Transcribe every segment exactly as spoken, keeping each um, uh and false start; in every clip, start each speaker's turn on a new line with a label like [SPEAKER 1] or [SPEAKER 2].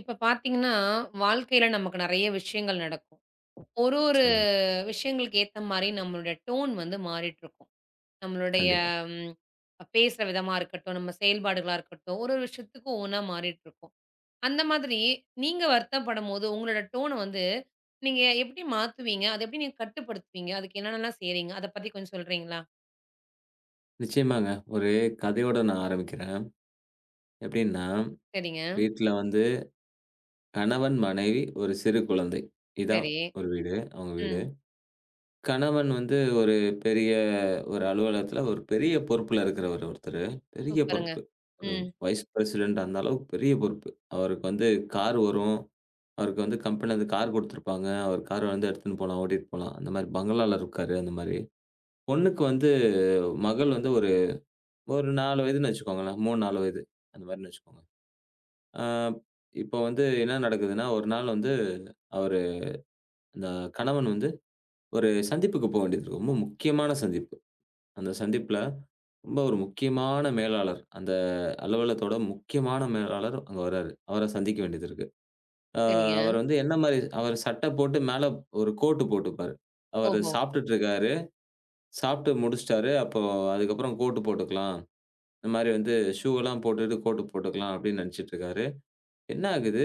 [SPEAKER 1] இப்ப பார்த்தீங்கன்னா, வாழ்க்கையில நமக்கு நெறைய விஷயங்கள் நடக்கும். ஒரு ஒரு
[SPEAKER 2] நிச்சயமாங்க.
[SPEAKER 1] விஷயங்களுக்கு ஏத்த மாரி நம்மளுடைய டோன் வந்து மாறிட்டுருக்கும். நம்மளுடைய
[SPEAKER 2] கண்டிப்பா.
[SPEAKER 1] ம் பேசுற விதமா இருக்கட்டும், நம்ம செயல்பாடுகளா இருக்கட்டும், ஒரு ஒரு விஷயத்துக்கும் ஒவ்வொன்னா மாறிட்டுருக்கும். அந்த மாதிரி நீங்க வருத்தப்படும்போது உங்களோட டோன வந்து நீங்க எப்படி மாத்துவீங்க? அத எப்படி நீங்க கட்டுப்படுத்துவீங்க? அதுக்கு என்னென்னலாம் செய்றீங்க? அத பத்தி கொஞ்சம் சொல்றீங்களா?
[SPEAKER 2] நிச்சயமாங்க. ஒரு கதையோட நான் ஆரம்பிக்கிறேன். எப்படின்னா,
[SPEAKER 1] சரிங்க.
[SPEAKER 2] வீட்ல வந்து கணவன், மனைவி, ஒரு சிறு குழந்தை. இதான்
[SPEAKER 1] சரி.
[SPEAKER 2] ஒரு வீடு, அவங்க வீடு.
[SPEAKER 1] ம்.
[SPEAKER 2] கணவன் வந்து ஒரு பெரிய ஒரு அலுவலகத்துல ஒரு பெரிய பொறுப்புல இருக்கிறவர் ஒருத்தரு. பெரிய
[SPEAKER 1] சூப்பருங்க.
[SPEAKER 2] பொறுப்பு. ஒரு
[SPEAKER 1] ம்.
[SPEAKER 2] வைஸ் பிரசிடென்ட் அந்த அளவுக்கு பெரிய பொறுப்பு. அவருக்கு வந்து கார் வரும். அவருக்கு வந்து கம்பெனிலருந்து கார் குடுத்துருப்பாங்க. அவர் கார் வந்து எடுத்துன்னு போலாம், ஓட்டிட்டு போலாம். அந்த மாரி பங்களால இருக்காரு, அந்த மாரி. பொண்ணுக்கு வந்து மகள் வந்து ஒரு ஒரு நாலு வயதுன்னு வச்சுக்கோங்களேன். மூணு, நாலு வயது அந்த மாரின்னு வச்சுக்கோங்க. ஆ இப்போ வந்து என்ன நடக்குதுன்னா, ஒரு நாள் வந்து அவரு அந்த கணவன் வந்து ஒரு சந்திப்புக்கு போ வேண்டியது இருக்கு. ரொம்ப முக்கியமான சந்திப்பு. அந்த சந்திப்புல ரொம்ப ஒரு முக்கியமான மேலாளர், அந்த அலுவலகத்தோட முக்கியமான மேலாளர் அங்க வராரு. அவர சந்திக்க வேண்டியது இருக்கு. ஆ
[SPEAKER 1] சரிங்க.
[SPEAKER 2] அவர் வந்து என்ன மாரி அவர் சட்டை போட்டு மேல ஒரு கோட்டு போட்டுப்பாரு. அவரு
[SPEAKER 1] ஓஹோ!
[SPEAKER 2] சாப்பிட்டுட்டு இருக்காரு. சாப்பிட்டு முடிச்சுட்டாரு. அப்போ அதுக்கப்புறம் கோட்டு போட்டுக்கலாம். இந்த மாரி வந்து ஷூலாம் போட்டுட்டு கோட் போட்டுக்கலாம் அப்படின்னு நினைச்சிட்டு இருக்காரு. என்ன ஆகுது,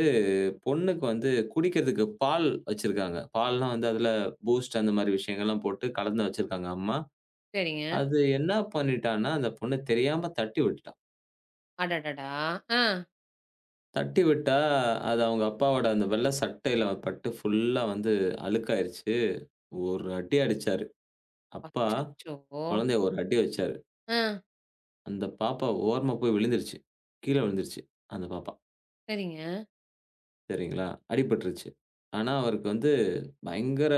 [SPEAKER 2] பொண்ணுக்கு வந்து குடிக்கிறதுக்கு பால் வச்சிருக்காங்க. பால்லாம் வந்து அதுல பூஸ்ட் அந்த மாரி விஷயங்கள்லாம் போட்டு கலந்து வச்சிருக்காங்க அம்மா.
[SPEAKER 1] சரிங்க.
[SPEAKER 2] அது என்ன பண்ணிட்டான்னா, அந்த பொண்ணு தெரியாம தட்டி விட்டுட்டா.
[SPEAKER 1] அடடடா! ஆ.
[SPEAKER 2] தட்டி விட்டா, அது அவங்க அப்பாவோட அந்த வெள்ள சட்டையில பட்டு ஃபுல்லா வந்து அழுக்காயிருச்சு. ஒரு அடி அடிச்சாரு. அப்பா
[SPEAKER 1] அச்சச்சோ!
[SPEAKER 2] குழந்தைய ஒரு அடி வச்சாரு.
[SPEAKER 1] ஆ,
[SPEAKER 2] அந்த பாப்பா ஓரமா போய் விழுந்துருச்சு. கீழ விழுந்துருச்சு. அந்த பாப்பா.
[SPEAKER 1] சரிங்க.
[SPEAKER 2] சரிங்களா? அடிபட்டுருச்சு. ஆனா அவருக்கு வந்து பயங்கர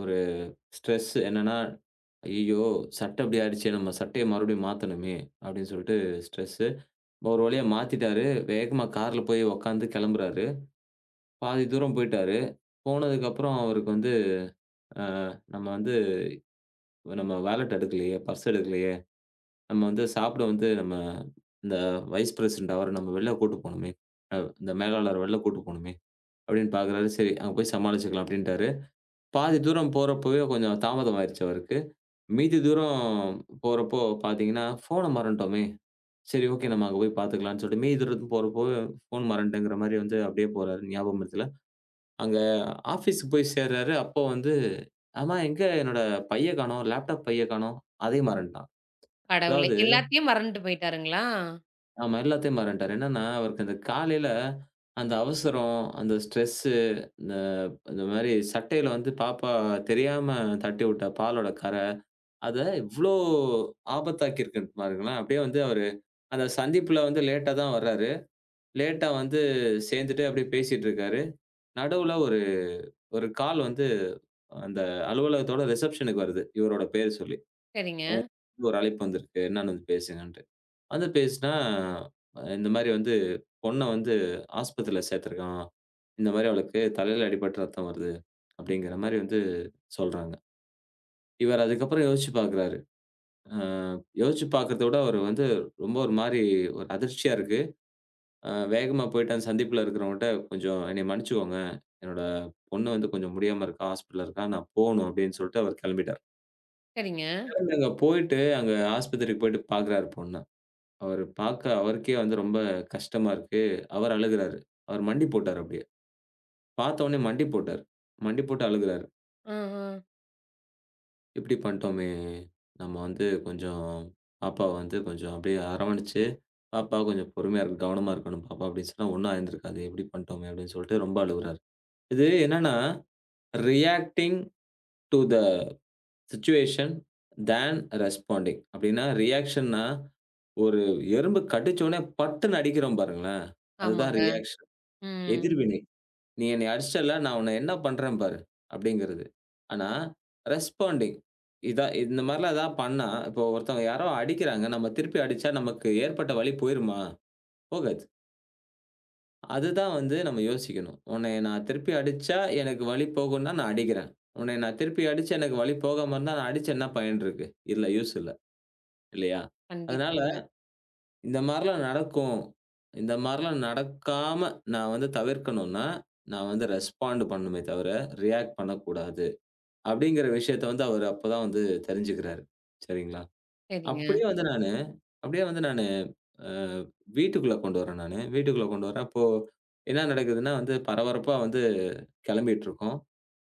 [SPEAKER 2] ஒரு ஸ்ட்ரெஸ் என்னன்னா, "ஐயய்யோ! சட்டை இப்படி ஆயிடுச்சே! நம்ம சட்டைய மறுபடியும் மாத்தணுமே!" அப்படின்னு சொல்லிட்டு ஸ்ட்ரெஸ்ஸு. ஒரு வழியா மாத்திட்டாரு. வேகமா கார்ல போய் உட்காந்து கிளம்புறாரு. பாதி தூரம் போயிட்டாரு. போனதுக்கப்புறம் அவருக்கு வந்து, "அ நம்ம வந்து நம்ம வாலெட் எடுக்கலையே, பர்ஸ் எடுக்கலையே, நம்ம வந்து சாப்பிட வந்து நம்ம இந்த வைஸ் பிரசிடென்ட் அவர நம்ம வெளில கூட்டு போணுமே, அ இந்த மேலாளர வெளில கூட்டு போணுமே!" அப்படின்னு பார்க்குறாரு. சரி, அங்க போய் சமாளிச்சுக்கலாம் அப்படின்ட்டாரு. பாதி தூரம் போறப்பவே கொஞ்சம் தாமதம் ஆயிருச்சு அவருக்கு. மீதி தூரம் போறப்போ பார்த்தீங்கன்னா, ஃபோன மறந்துட்டோமே! சரி, ஓகே, நம்ம அங்க போய் பார்த்துக்கலான்னு சொல்லிட்டு மீதி தூரத்துக்கு போறப்போ ஃபோன் மறந்துட்டேங்கிற மாரி வந்து அப்படியே போறாரு ஞாபகமறதில. அங்க ஆஃபீஸ்க்கு போய் சேர்றாரு. அப்போ வந்து, ஆமா எங்க என்னோட பைய காணோம், லேப்டாப் பைய காணோம். அதையும் மறந்துட்டான்.
[SPEAKER 1] கடவுளே!
[SPEAKER 2] அதாவது
[SPEAKER 1] எல்லாத்தையும் மறந்துட்டு போயிட்டாருங்களா?
[SPEAKER 2] ஆமா எல்லாத்தையும் மறந்துட்டாரு. என்னன்னா, அவருக்கு அந்த காலையில அந்த அவசரம், அந்த ஸ்ட்ரெஸ்ஸு, இந்த இந்த மாரி சட்டையில வந்து பாப்பா தெரியாம தட்டி விட்ட பாலோட கறை, அத இவ்ளோ ஆபத்தாக்கியிருக்கு பாருங்களேன். அப்படியே வந்து அவரு அந்த சந்திப்புல வந்து லேட்டா தான் வர்றாரு. லேட்டா வந்து சேர்ந்துட்டு அப்படியே பேசிட்டு இருக்காரு. நடுவுல ஒரு ஒரு கால் வந்து அந்த அலுவலகத்தோட ரிசப்ஷனுக்கு வருது. இவரோட பேர் சொல்லி.
[SPEAKER 1] சரிங்க,
[SPEAKER 2] அவங்களுக்கு ஒரு அழைப்பு வந்திருக்கு. என்னன்னு வந்து பேசுங்கன்ட்டு. வந்து பேசினா, இந்த மாரி வந்து பொண்ண வந்து ஆஸ்பத்திரியில சேர்த்துருக்கான். இந்த மாரி அவளுக்கு தலையில அடிபட்டு ரத்தம் வருது. அப்படிங்கிற மாரி வந்து சொல்றாங்க. இவர் அதுக்கப்புறம் யோசிச்சு பார்க்கிறாரு. அ யோசிச்சு பார்க்கிறத விட அவர் வந்து ரொம்ப ஒரு மாரி ஒரு அதிர்ச்சியா இருக்கு. அ வேகமா போயிட்டு அந்த சந்திப்புல இருக்கிறவங்கட்ட, "கொஞ்சம் என்னைய மன்னிச்சுக்கோங்க. என்னோட பொண்ணு வந்து கொஞ்சம் முடியாம இருக்கா. ஹாஸ்பிட்டல்ல இருக்கா. நான் போணும்." அப்படின்னு சொல்லிட்டு அவர் கிளம்பிட்டாரு.
[SPEAKER 1] சரிங்க.
[SPEAKER 2] கிளம்பி அங்க போயிட்டு, அங்க ஆஸ்பத்திரிக்கு போயிட்டு பார்க்குறாரு பொண்ண. அவரு பார்க்க அவருக்கே வந்து ரொம்ப கஷ்டமா இருக்கு. அவர் அழுகுறாரு. அவர் மண்டி போட்டாரு அப்படியே. பார்த்த உடனே மண்டி போட்டாரு. மண்டி போட்டு அழுகுறாரு.
[SPEAKER 1] அ, அ.
[SPEAKER 2] "இப்படி பண்ணிட்டோமே! நம்ம வந்து கொஞ்சம் பாப்பாவ வந்து கொஞ்சம் அப்படியே அரவணைச்சு, பாப்பா கொஞ்சம் பொறுமையா இருக்கணும், கவனமா இருக்கணும் பாப்பா" அப்படின்னு சொன்னா, "ஒண்ணும் ஆயிருந்திருக்காது. இப்படி பண்ணிட்டோமே!" அப்படின்னு சொல்லிட்டு ரொம்ப அழுகுறாரு. இது என்னன்னா, reacting to the situation then responding. அப்டின்னா, ரியாக்ஷன்னா, ஒரு எறும்பு கடிச்சோனே பட்டுன்னு அடிக்கிறோம் பாருங்களேன், அதுதான்
[SPEAKER 1] ஆமாங்க.
[SPEAKER 2] ரியாக்ஷன்.
[SPEAKER 1] ம்.
[SPEAKER 2] எதிர்வினை. "நீ என்னைய அடிச்சல்ல, நான் உன்ன என்ன பண்றேன் பாரு" அப்டிங்கிறது. ஆனா, ரெஸ்பாண்டிங் இதா இந்த மாரிலாம் ஏதாவது பண்ணா, இப்போ ஒருத்தவங்க யாரோ அடிக்கிறாங்க, நம்ம திருப்பி அடிச்சா நமக்கு ஏற்பட்ட வலி போயிருமா? போகாது. அதுதான் வந்து நம்ம யோசிக்கணும். உன்னைய நான் திருப்பி அடிச்சா எனக்கு வலி போகும்னா நான் அடிக்கிறேன். உன்னைய நான் திருப்பி அடிச்சு எனக்கு வலி போகாம இருந்தா நான் அடிச்சு என்ன பயன் இருக்கு? இல்ல யூஸ் இல்ல. இல்லையா? அதனால
[SPEAKER 1] கண்டிப்பாங்க.
[SPEAKER 2] இந்த மாரிலாம் நடக்கும். இந்த மாரிலாம் நடக்காம நான் வந்து தவிர்க்கணும்னா, நான் வந்து ரெஸ்பாண்ட் பண்ணணுமே தவிர, ரியாக்ட் பண்ணக்கூடாது. அப்படிங்கிற விஷயத்த வந்து அவரு அப்பதான் வந்து தெரிஞ்சுக்கிறாரு. சரிங்களா?
[SPEAKER 1] சரிங்க.
[SPEAKER 2] அப்படியே வந்து நானு அப்படியே வந்து நானு அ வீட்டுக்குள்ள கொண்டு வரேன் நானு. வீட்டுக்குள்ள கொண்டு வரேன். அப்போ என்ன நடக்குதுன்னா வந்து பரபரப்பா வந்து கிளம்பிட்டுருக்கோம்.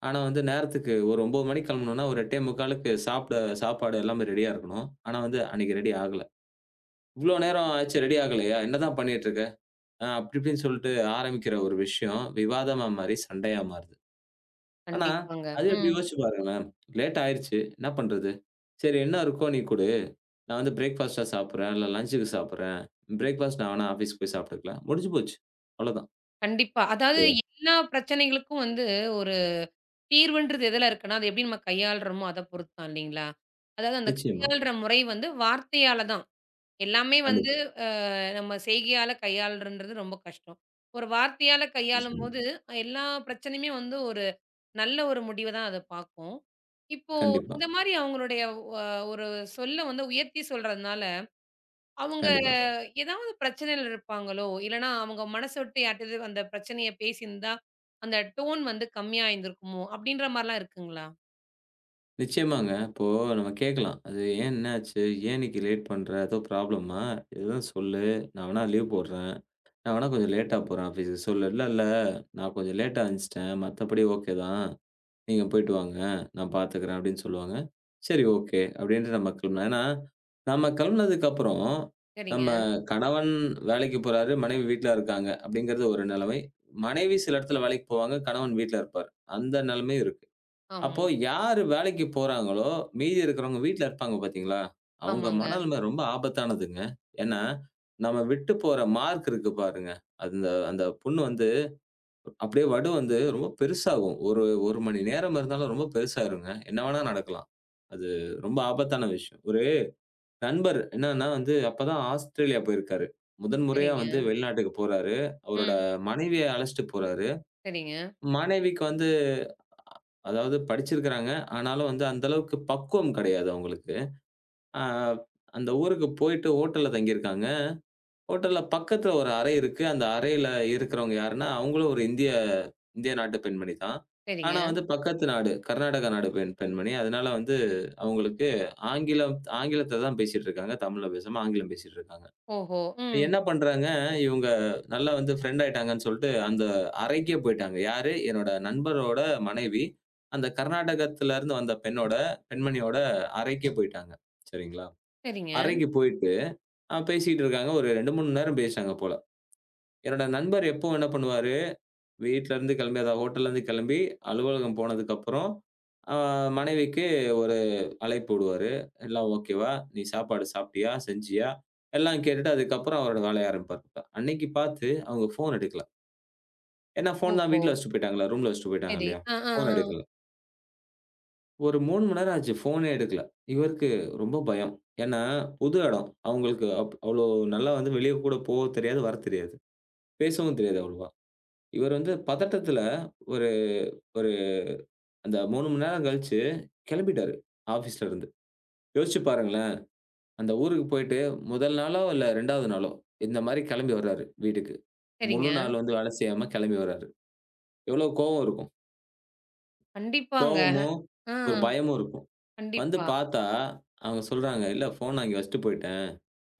[SPEAKER 2] ஆனா வந்து நேரத்துக்கு ஒரு ஒன்பது மணிக்கு கிளம்பணும்னா, ஒரு 8:45க்கு சாப்பிட சாப்பாடு எல்லாமே ரெடியா இருக்கணும். ஆனா வந்து அன்னைக்கு ரெடி ஆகல. "இவ்ளோ நேரம் ஆச்சு ரெடி ஆகலையா? என்னதான் பண்ணிட்டு இருக்க?" அ அப்படி இப்படின்னு சொல்லிட்டு ஆரம்பிக்கிற ஒரு விஷயம் விவாதமா மாறி சண்டையா மாறுது. ஆனா
[SPEAKER 1] கண்டிப்பாங்க.
[SPEAKER 2] அது அப்படி
[SPEAKER 1] ம்.
[SPEAKER 2] யோசிச்சு பாருங்களேன். லேட் ஆயிருச்சு. என்ன பண்றது? சரி என்ன இருக்கோ நீ குடு. நான் வந்து பிரேக்ஃபாஸ்ட்டா சாப்பிடுறேன். இல்ல லஞ்சுக்கு சாப்பிடுறேன். பிரேக்ஃபாஸ்ட் நான் வேணா ஆஃபீஸ் போய் சாப்பிட்டுக்கலாம். முடிஞ்சு போச்சு. அவ்வளோதான்.
[SPEAKER 1] கண்டிப்பா. அதாவது
[SPEAKER 2] இல்லையா?
[SPEAKER 1] எல்லா பிரச்சனைகளுக்கும் வந்து ஒரு தீர்வுன்றது எதுல இருக்குன்னா, அது எப்படி நம்ம கையாளுறோமோ அத பொறுத்து தான் இல்லைங்களா? அதாவது அந்த
[SPEAKER 2] நிச்சயமா.
[SPEAKER 1] கையாள்ற முறை வந்து வார்த்தையால தான். எல்லாமே வந்து
[SPEAKER 2] கண்டிப்பா.
[SPEAKER 1] அ நம்ம செய்கையால கையாளுறன்றது ரொம்ப கஷ்டம். ஒரு வார்த்தையால
[SPEAKER 2] நிச்சயமா.
[SPEAKER 1] கையாளும்போது, எல்லா பிரச்சனையுமே வந்து ஒரு நல்ல ஒரு முடிவ தான் அது பார்க்கும். இப்போ
[SPEAKER 2] கண்டிப்பா,
[SPEAKER 1] இந்த மாரி அவங்களுடைய அ ஒரு சொல்ல வந்து உயர்த்தி சொல்றதுனால, அவங்க
[SPEAKER 2] கண்டிப்பா.
[SPEAKER 1] ஏதாவது பிரச்சனையில இருப்பாங்களோ, இல்லன்னா அவங்க மனசு விட்டு யார்ட்டயாது அந்த பிரச்சனைய பேசியிருந்தா, அந்த டோன் வந்து கம்மியா இருந்திருக்குமோ, அப்படின்ற மாரிலாம் இருக்குங்களா?
[SPEAKER 2] நிச்சயமாங்க. இப்போ நம்ம கேட்கலாம். அது "ஏன் என்ன ஆச்சு? ஏன் இன்னைக்கு லேட் பண்ற? ஏதோ ப்ராப்ளமா? எதுவும் சொல்லு. நான் வேணா லீவ் போடுறேன். நான் வேணா கொஞ்சம் லேட்டா போறேன் ஆஃபீஸுக்கு" சொல்லு. "இல்ல, இல்ல. நான் கொஞ்சம் லேட்டா எந்துச்சுட்டேன். மத்தபடி ஓகே தான். நீங்க போயிட்டு வாங்க. நான் பார்த்துக்கிறேன்" அப்படின்னு சொல்லுவாங்க. சரி, ஓகே, அப்படின்ட்டு நம்ம கிளம்பலாம். ஏன்னா, நம்ம கிளம்புனதுக்கப்புறம்
[SPEAKER 1] சரிங்க.
[SPEAKER 2] நம்ம கணவன் வேலைக்கு போறாரு, மனைவி வீட்ல இருக்காங்க அப்படிங்கிறது ஒரு நிலைமை. மனைவி சில இடத்துல வேலைக்கு போவாங்க, கணவன் வீட்ல இருப்பார். அந்த நிலைமையும் இருக்கு. அப்போ
[SPEAKER 1] ஆமா.
[SPEAKER 2] யாரு வேலைக்கு போறாங்களோ, மீதி இருக்கிறவங்க வீட்ல இருப்பாங்க பார்த்தீங்களா? அவங்க
[SPEAKER 1] ஆமாங்க.
[SPEAKER 2] மனநிலைமை ரொம்ப ஆபத்தானதுங்க. ஏன்னா, நம்ம விட்டு போற மார்க் இருக்கு பாருங்க. அந்த அந்த புண்ணு வந்து அப்படியே வடு வந்து ரொம்ப பெருசாகும். ஒரு 1 மணி நேரம் இருந்தாலும் ரொம்ப பெருசாயிருங்க. என்ன வேணா நடக்கலாம். அது ரொம்ப ஆபத்தான விஷயம். ஒரு நண்பர் என்னன்னா வந்து அப்பதான் ஆஸ்திரேலியா போயிருக்காரு. முதன் முறையா வந்து
[SPEAKER 1] சரிங்க.
[SPEAKER 2] வெளிநாட்டுக்கு போறாரு. அவரோட
[SPEAKER 1] ம்.
[SPEAKER 2] மனைவிய அழைச்சுட்டு போறாரு.
[SPEAKER 1] சரிங்க,
[SPEAKER 2] மனைவிக்கு வந்து அதாவது படிச்சிருக்கிறாங்க. ஆனாலும் வந்து அந்த அளவுக்கு பக்குவம் கிடையாது அவங்களுக்கு. அ அந்த ஊருக்கு போயிட்டு ஹோட்டல்ல தங்கியிருக்காங்க. ஹோட்டல்ல பக்கத்துல ஒரு அறை இருக்கு. அந்த அறையில இருக்கிறவங்க யாருன்னா, அவங்களும் ஒரு இந்திய இந்திய நாட்டு பெண்மணி தான். ஆனா
[SPEAKER 1] சரிங்க.
[SPEAKER 2] வந்து பக்கத்து நாடு, கர்நாடகா நாடு பெண் பெண்மணி. அதனால வந்து அவங்களுக்கு ஆங்கிலம் ஆங்கிலத்துல தான் பேசிட்டு இருக்காங்க. தமிழ்ல பேசாம ஆங்கிலம் பேசிட்டு இருக்காங்க.
[SPEAKER 1] ஓஹோ! ம்.
[SPEAKER 2] என்ன பண்றாங்க, இவுங்க நல்லா வந்து ஃப்ரெண்ட் ஆயிட்டாங்கன்னு சொல்ட்டு, அந்த அறைக்கே போயிட்டாங்க. யாரு? என்னோட நண்பரோட மனைவி, அந்த கர்நாடகத்திலருந்து வந்த பெண்ணோட பெண்மணியோட அறைக்கே போயிட்டாங்க. சரிங்களா?
[SPEAKER 1] சரிங்க.
[SPEAKER 2] அறைக்கு போயிட்டு, அ பேசிட்டு இருக்காங்க. ஒரு ரெண்டு, மூணு மணி நேரம் பேசினாங்க போல. என்னோட நண்பர் எப்பவும் என்ன பண்ணுவாரு? வீட்லருந்து கிளம்பி அதான் ஹோட்டல்லருந்து கிளம்பி அலுவலகம் போனதுக்கப்புறம், அ மனைவிக்கு ஒரு அழைப்பு விடுவாரு. "எல்லாம் ஓகேவா? நீ சாப்பாடு சாப்பிட்டியா? செஞ்சியா?" எல்லாம் கேட்டுட்டு அதுக்கப்புறம் அவரோட வேலைய ஆரம்பிப்பாரு. அன்னைக்கு பார்த்து அவங்க ஃபோன் எடுக்கல. ஏன்னா ஃபோன் தான்
[SPEAKER 1] ஓஹோ!
[SPEAKER 2] வீட்ல வச்சுட்டு போயிட்டாங்கல்ல. ரூம்ல வச்சுட்டு போயிட்டாங்க
[SPEAKER 1] சரி.
[SPEAKER 2] இல்லையா?
[SPEAKER 1] அ, அ,
[SPEAKER 2] ஃபோன்
[SPEAKER 1] அ.
[SPEAKER 2] எடுக்கல. ஒரு மூணு மணி நேரம் ஆச்சு. ஃபோனே எடுக்கல. இவருக்கு ரொம்ப பயம். ஏன்னா புது இடம். அவங்களுக்கு அப் அவ்ளோ நல்லா வந்து வெளிய கூட போக தெரியாது, வர தெரியாது. பேசவும் தெரியாது அவ்வளவா. இவர் வந்து பதட்டத்துல ஒரு ஒரு அந்த மூணு மணி நேரம் கழிச்சு கிளம்பிட்டாரு ஆஃபீஸ்ல இருந்து. யோசிச்சு பாருங்களேன்! அந்த ஊருக்கு போயிட்டு முதல் நாளோ, இல்ல இரண்டாவது நாளோ, இந்த மாரி கிளம்பி வர்றாரு வீட்டுக்கு. முழு
[SPEAKER 1] சரிங்க.
[SPEAKER 2] நாள் வந்து வேலை செய்யாம கிளம்பி வர்றாரு. எவ்வளோ கோவம் இருக்கும்.
[SPEAKER 1] கண்டிப்பாங்க.
[SPEAKER 2] கோவமும்,
[SPEAKER 1] ஆ.
[SPEAKER 2] ஒரு பயமும் இருக்கும். வந்து
[SPEAKER 1] கண்டிப்பா.
[SPEAKER 2] பார்த்தா, அவங்க சொல்றாங்க, "இல்ல ஃபோன் நான் இங்க வச்சுட்டு போயிட்டேன்.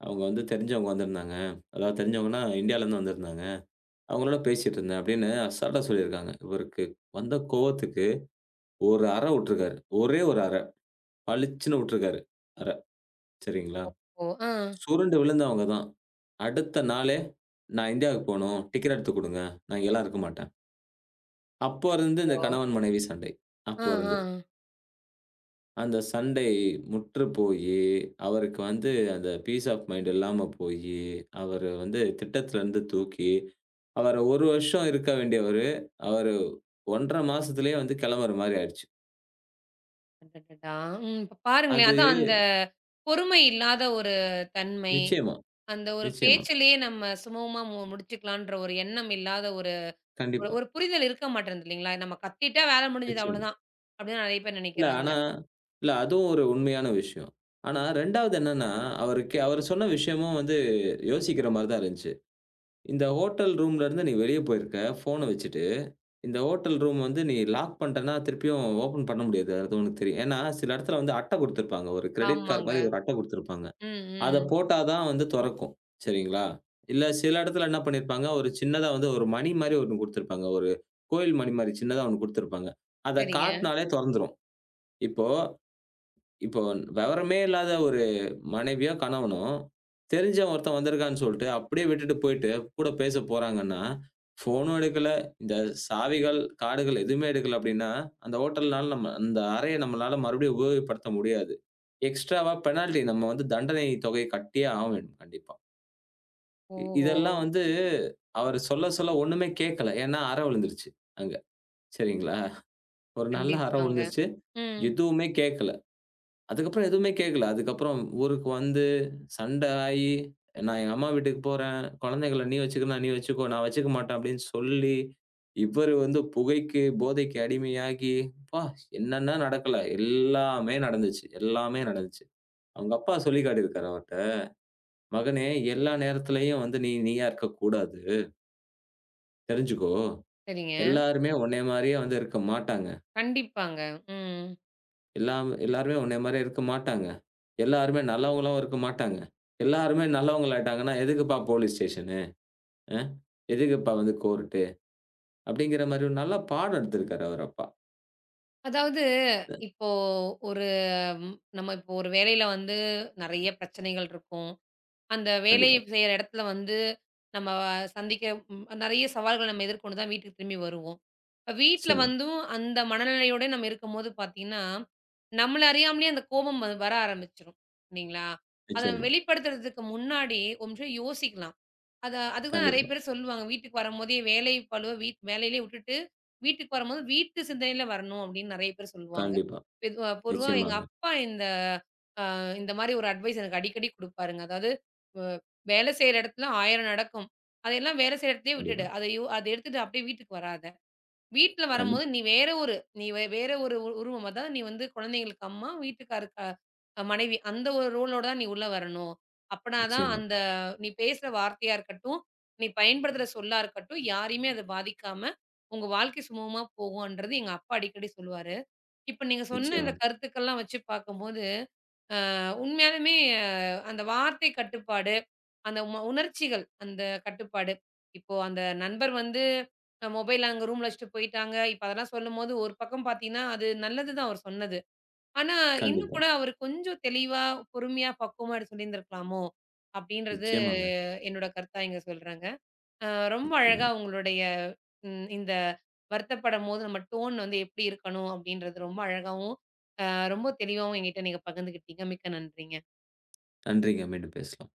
[SPEAKER 2] அவங்க வந்து தெரிஞ்சவங்க வந்திருந்தாங்க. அதாவது தெரிஞ்சவங்கன்னா இந்தியாலருந்து வந்திருந்தாங்க. அவங்களோட பேசிட்டு இருந்தேன்" அப்படின்னு அசால்ட்டா சொல்லியிருக்காங்க. இவருக்கு வந்த கோவத்துக்கு ஒரு அறை விட்டுருக்காரு. ஒரே ஒரு அறை. பளிச்சுன்னு விட்டுருக்காரு அறை. சரிங்களா?
[SPEAKER 1] ஓ! ஆ.
[SPEAKER 2] சுருண்டு விழுந்தவங்க தான். அடுத்த நாளே, "நான் இந்தியாவுக்கு போணும். டிக்கெட் எடுத்து குடுங்க. நான் இங்கலாம் இருக்க மாட்டேன்." அப்போ இருந்து இந்த
[SPEAKER 1] அச்சச்சோ!
[SPEAKER 2] கணவன் மனைவி சண்டை.
[SPEAKER 1] ஆ,
[SPEAKER 2] அப்போ
[SPEAKER 1] ஆ.
[SPEAKER 2] இருந்து. அந்த சண்டை முற்று போயி, அவருக்கு வந்து அந்த பீஸ் ஆஃப் மைண்ட் இல்லாம போயி, அவரு வந்து திட்டத்துலருந்து தூக்கி, அவர ஒரு வருஷம் இருக்க வேண்டியவரு, அவரு ஒன்றரை மாசத்துலயே வந்து கெளம்புற மாரி ஆயிடுச்சு.
[SPEAKER 1] அடடடா! ம். இப்ப பாருங்களேன்.
[SPEAKER 2] அது
[SPEAKER 1] அதான் அந்த பொறுமை இல்லாத ஒரு தன்மை,
[SPEAKER 2] நிச்சயமா,
[SPEAKER 1] அந்த ஒரு
[SPEAKER 2] நிச்சயமா.
[SPEAKER 1] பேச்சிலேயே நம்ம சுமூகமா மு முடிச்சுக்கலான்ற ஒரு எண்ணம் இல்லாத ஒரு ஒரு
[SPEAKER 2] கண்டிப்பா.
[SPEAKER 1] ஒரு புரிதல் இருக்க மாட்டேன்து இல்லைங்களா? நம்ம கத்திட்டா வேலை முடிஞ்சது
[SPEAKER 2] நிச்சயமா.
[SPEAKER 1] அவ்வளோதான். அப்படின்னு நெறைய பேர்
[SPEAKER 2] இல்ல.
[SPEAKER 1] நெனைக்கிறாங்க.
[SPEAKER 2] ஆனா இல்ல அதுவும் ஒரு உண்மையான விஷயம். ஆனா இரண்டாவது என்னன்னா, அவருக்கு அவர் சொன்ன விஷயமும் வந்து யோசிக்கிற மாரி தான் இருந்துச்சு. இந்த ஹோட்டல் ரூம்ல இருந்து நீ வெளிய போயிருக்க, ஃபோன வச்சுட்டு. இந்த ஹோட்டல் ரூம் வந்து நீ லாக் பண்ணிட்டன்னா, திருப்பியும் ஓப்பன் பண்ண முடியாது. அது உனக்கு தெரியும். ஏன்னா, சில இடத்துல வந்து அட்டை குடுத்துருப்பாங்க. ஒரு கிரெடிட் கார்ட் மாரி
[SPEAKER 1] ஆமாங்க.
[SPEAKER 2] ஒரு அட்டை குடுத்துருப்பாங்க.
[SPEAKER 1] ம்,
[SPEAKER 2] அத
[SPEAKER 1] ம்.
[SPEAKER 2] போட்டா தான் வந்து தொறக்கும். சரிங்களா? இல்ல சில இடத்துல என்ன பண்ணியிருப்பாங்க, ஒரு சின்னதா வந்து ஒரு மணி மாரி ஒண்ணு குடுத்துருப்பாங்க. ஒரு கோயில் மணி மாரி சின்னதா ஒண்ணு குடுத்துருப்பாங்க. அத
[SPEAKER 1] சரிங்க.
[SPEAKER 2] காட்னாலே தொறந்துரும். இப்போ இப்போ விவரமே இல்லாத ஒரு மனைவியோ, கணவனோ, தெரிஞ்சவன் ஒருத்தன் வந்திருக்கான்னு சொல்ட்டு, அப்படியே விட்டுட்டு போயிட்டு கூட பேச போறாங்கன்னா, ஃபோனும் எடுக்கல, இந்த சாவிகள், கார்டுகள் எதுவுமே எடுக்கல அப்படின்னா, அந்த ஹோட்டல்னால நம்ம அந்த அறைய நம்மளால மறுபடியும் உபயோகப்படுத்த முடியாது. எக்ஸ்ட்ராவா பெனால்டி நம்ம வந்து தண்டனை தொகை கட்டியே ஆக வேண்டும் கண்டிப்பா. இ
[SPEAKER 1] ஓஹோ!
[SPEAKER 2] இதெல்லாம் வந்து அவர் சொல்ல, சொல்ல ஒண்ணுமே கேட்கல. ஏன்னா அற விழுந்துருச்சு அங்க. சரிங்களா? ஒரு நல்ல அற
[SPEAKER 1] கண்டிப்பாங்க.
[SPEAKER 2] விழுந்துருச்சு.
[SPEAKER 1] ம்.
[SPEAKER 2] எதுவுமே கேட்கல. அதுக்கப்புறம் எதுவுமே கேட்கல. அதுக்கப்புறம் ஊருக்கு வந்து சண்ட ஆயி, "நான் எங்க அம்மா வீட்டுக்கு போறேன். குழந்தைகள நீ வச்சுக்கிறன்னா நீ வச்சுக்கோ. நான் வச்சுக்க மாட்டேன்" அப்படின்னு சொல்லி, இவரு வந்து புகைக்கு, போதைக்கு அடிமையாகி, அப்பா! என்னென்ன நடக்கல. எல்லாமே நடந்துச்சு. எல்லாமே நடந்துச்சு. அவங்க அப்பா சொல்லி காட்டியிருக்காரு அவர்ட்ட. "மகனே, எல்லா நேரத்திலயும் வந்து நீ நீயா இருக்கக்கூடாது. தெரிஞ்சுக்கோ.
[SPEAKER 1] சரிங்க.
[SPEAKER 2] எல்லாருமே உன்னைய மாரியே வந்து இருக்க மாட்டாங்க.
[SPEAKER 1] கண்டிப்பாங்க. ம்.
[SPEAKER 2] எல்லாம் எல்லாருமே உன்னைய மாரி இருக்க மாட்டாங்க. எல்லாருமே நல்லவங்களும் இருக்க மாட்டாங்க. எல்லாருமே நல்லவங்களாயிட்டாங்கன்னா, எதுக்குப்பா போலீஸ் ஸ்டேஷனு? அ எதுக்குப்பா வந்து கோர்ட்டு? அப்படிங்கிற மாரி ஒரு நல்ல பாடம் எடுத்திருக்காரு அவர் அப்பா.
[SPEAKER 1] அதாவது இப்போ ஒரு ம் நம்ம இப்போ ஒரு வேலையில வந்து நெறைய பிரச்சனைகள் இருக்கும். அந்த வேலை
[SPEAKER 2] கண்டிப்பா.
[SPEAKER 1] செய்ற இடத்துல வந்து, நம்ம சந்திக்க ம் நெறைய சவால்கள நம்ம எதிர்கொண்டு தான் வீட்டுக்கு திரும்பி வருவோம். இப்ப வீட்ல
[SPEAKER 2] நிச்சயமா,
[SPEAKER 1] வந்தும் அந்த மனநிலையோட நம்ம இருக்கும்போது பார்த்தீங்கன்னா, நம்மள அறியாமலே அந்த கோபம் வ வர ஆரம்பிச்சுரும். இல்லைங்களா? அத நம்ம
[SPEAKER 2] நிச்சயமா.
[SPEAKER 1] வெளிப்படுத்துறதுக்கு முன்னாடி ஒரு நிமிஷம் யோசிக்கலாம். அத அதுதான் நெறைய
[SPEAKER 2] கண்டிப்பா,
[SPEAKER 1] பேர் சொல்லுவாங்க. வீட்டுக்கு வரும்போதே வேலை பளுவ வீட் வேலையிலே விட்டுட்டு, வீட்டுக்கு வரும்போது வீட்டு சிந்தனையில வரணும் அப்படின்னு நெறைய பேர் சொல்லுவாங்க.
[SPEAKER 2] கண்டிப்பா.
[SPEAKER 1] மெதுவா பொதுவா எங்க
[SPEAKER 2] நிச்சயமாங்க.
[SPEAKER 1] அப்பா இந்த அ இந்த மாரி ஒரு அட்வைஸ் எனக்கு அடிக்கடி குடுப்பாருங்க. அதாவது வ வேலை செய்ற இடத்துல ஆயிரம் நடக்கும். அதையெல்லாம் வேலை செய்ற இடத்துலயே விட்டுடு.
[SPEAKER 2] கண்டிப்பா.
[SPEAKER 1] அத யோ அத எடுத்துட்டு அப்படியே வீட்டுக்கு வராத. வீட்ல
[SPEAKER 2] கண்
[SPEAKER 1] வரும்போது நீ வேற ஒரு நீ வே வேற ஒரு உ உருவம். அதாவது நீ வந்து குழந்தைங்களுக்கு அம்மா, வீட்டுக்காருக்கு அ மனைவி. அந்த ஒரு ரோலோட தான் நீ உள்ள வரணும். அப்பனா தான்
[SPEAKER 2] நிச்சயமா,
[SPEAKER 1] அந்த நீ பேசுற வார்த்தையா இருக்கட்டும், நீ பயன்படுத்துற சொல்லா இருக்கட்டும், யாரையுமே அது பாதிக்காம உங்க வாழ்க்கை சுமூகமா போகும்ன்றது எங்க அப்பா அடிக்கடி சொல்லுவாரு. இப்ப நீங்க சொன்ன
[SPEAKER 2] நிச்சயமா.
[SPEAKER 1] இந்த கருத்துக்கள்லாம் வச்சு பார்க்கும்போது உண்மையாலுமே அஹ், அந்த வார்த்தை கட்டுப்பாடு, அந்த ம உணர்ச்சிகள் அந்த கட்டுப்பாடு. இப்போ அந்த நண்பர் வந்து அ மொபைல் அங்க ரூம்ல வச்சுட்டு போயிட்டாங்க. இப்ப அதெல்லாம் சொல்லும்போது ஒரு பக்கம் பார்த்தீங்கன்னா, அது நல்லது தான் அவர் சொன்னது. ஆனா, இன்னும்
[SPEAKER 2] கண்டிப்பா.
[SPEAKER 1] கூட அவரு கொஞ்சம் தெளிவா, பொறுமையா, பக்குவமா எடுத்து சொல்லியிருந்திருக்கலாமோ! அப்படின்றது
[SPEAKER 2] நிச்சயமாங்க.
[SPEAKER 1] என்னோட கருத்தா இங்க சொல்றேங்க. அ ரொம்ப அழகா
[SPEAKER 2] நிச்சயமா.
[SPEAKER 1] உங்களுடைய ம் இந்த வருத்தப்படும்போது நம்ம டோன் வந்து எப்படி இருக்கணும் அப்படின்றது ரொம்ப அழகாவும், அ ரொம்ப தெளிவாவும் என்கிட்ட நீங்க பகிர்ந்துக்கிட்டீங்க. மிக்க நன்றிங்க.
[SPEAKER 2] நன்றிங்க. மீண்டும் பேசலாம்.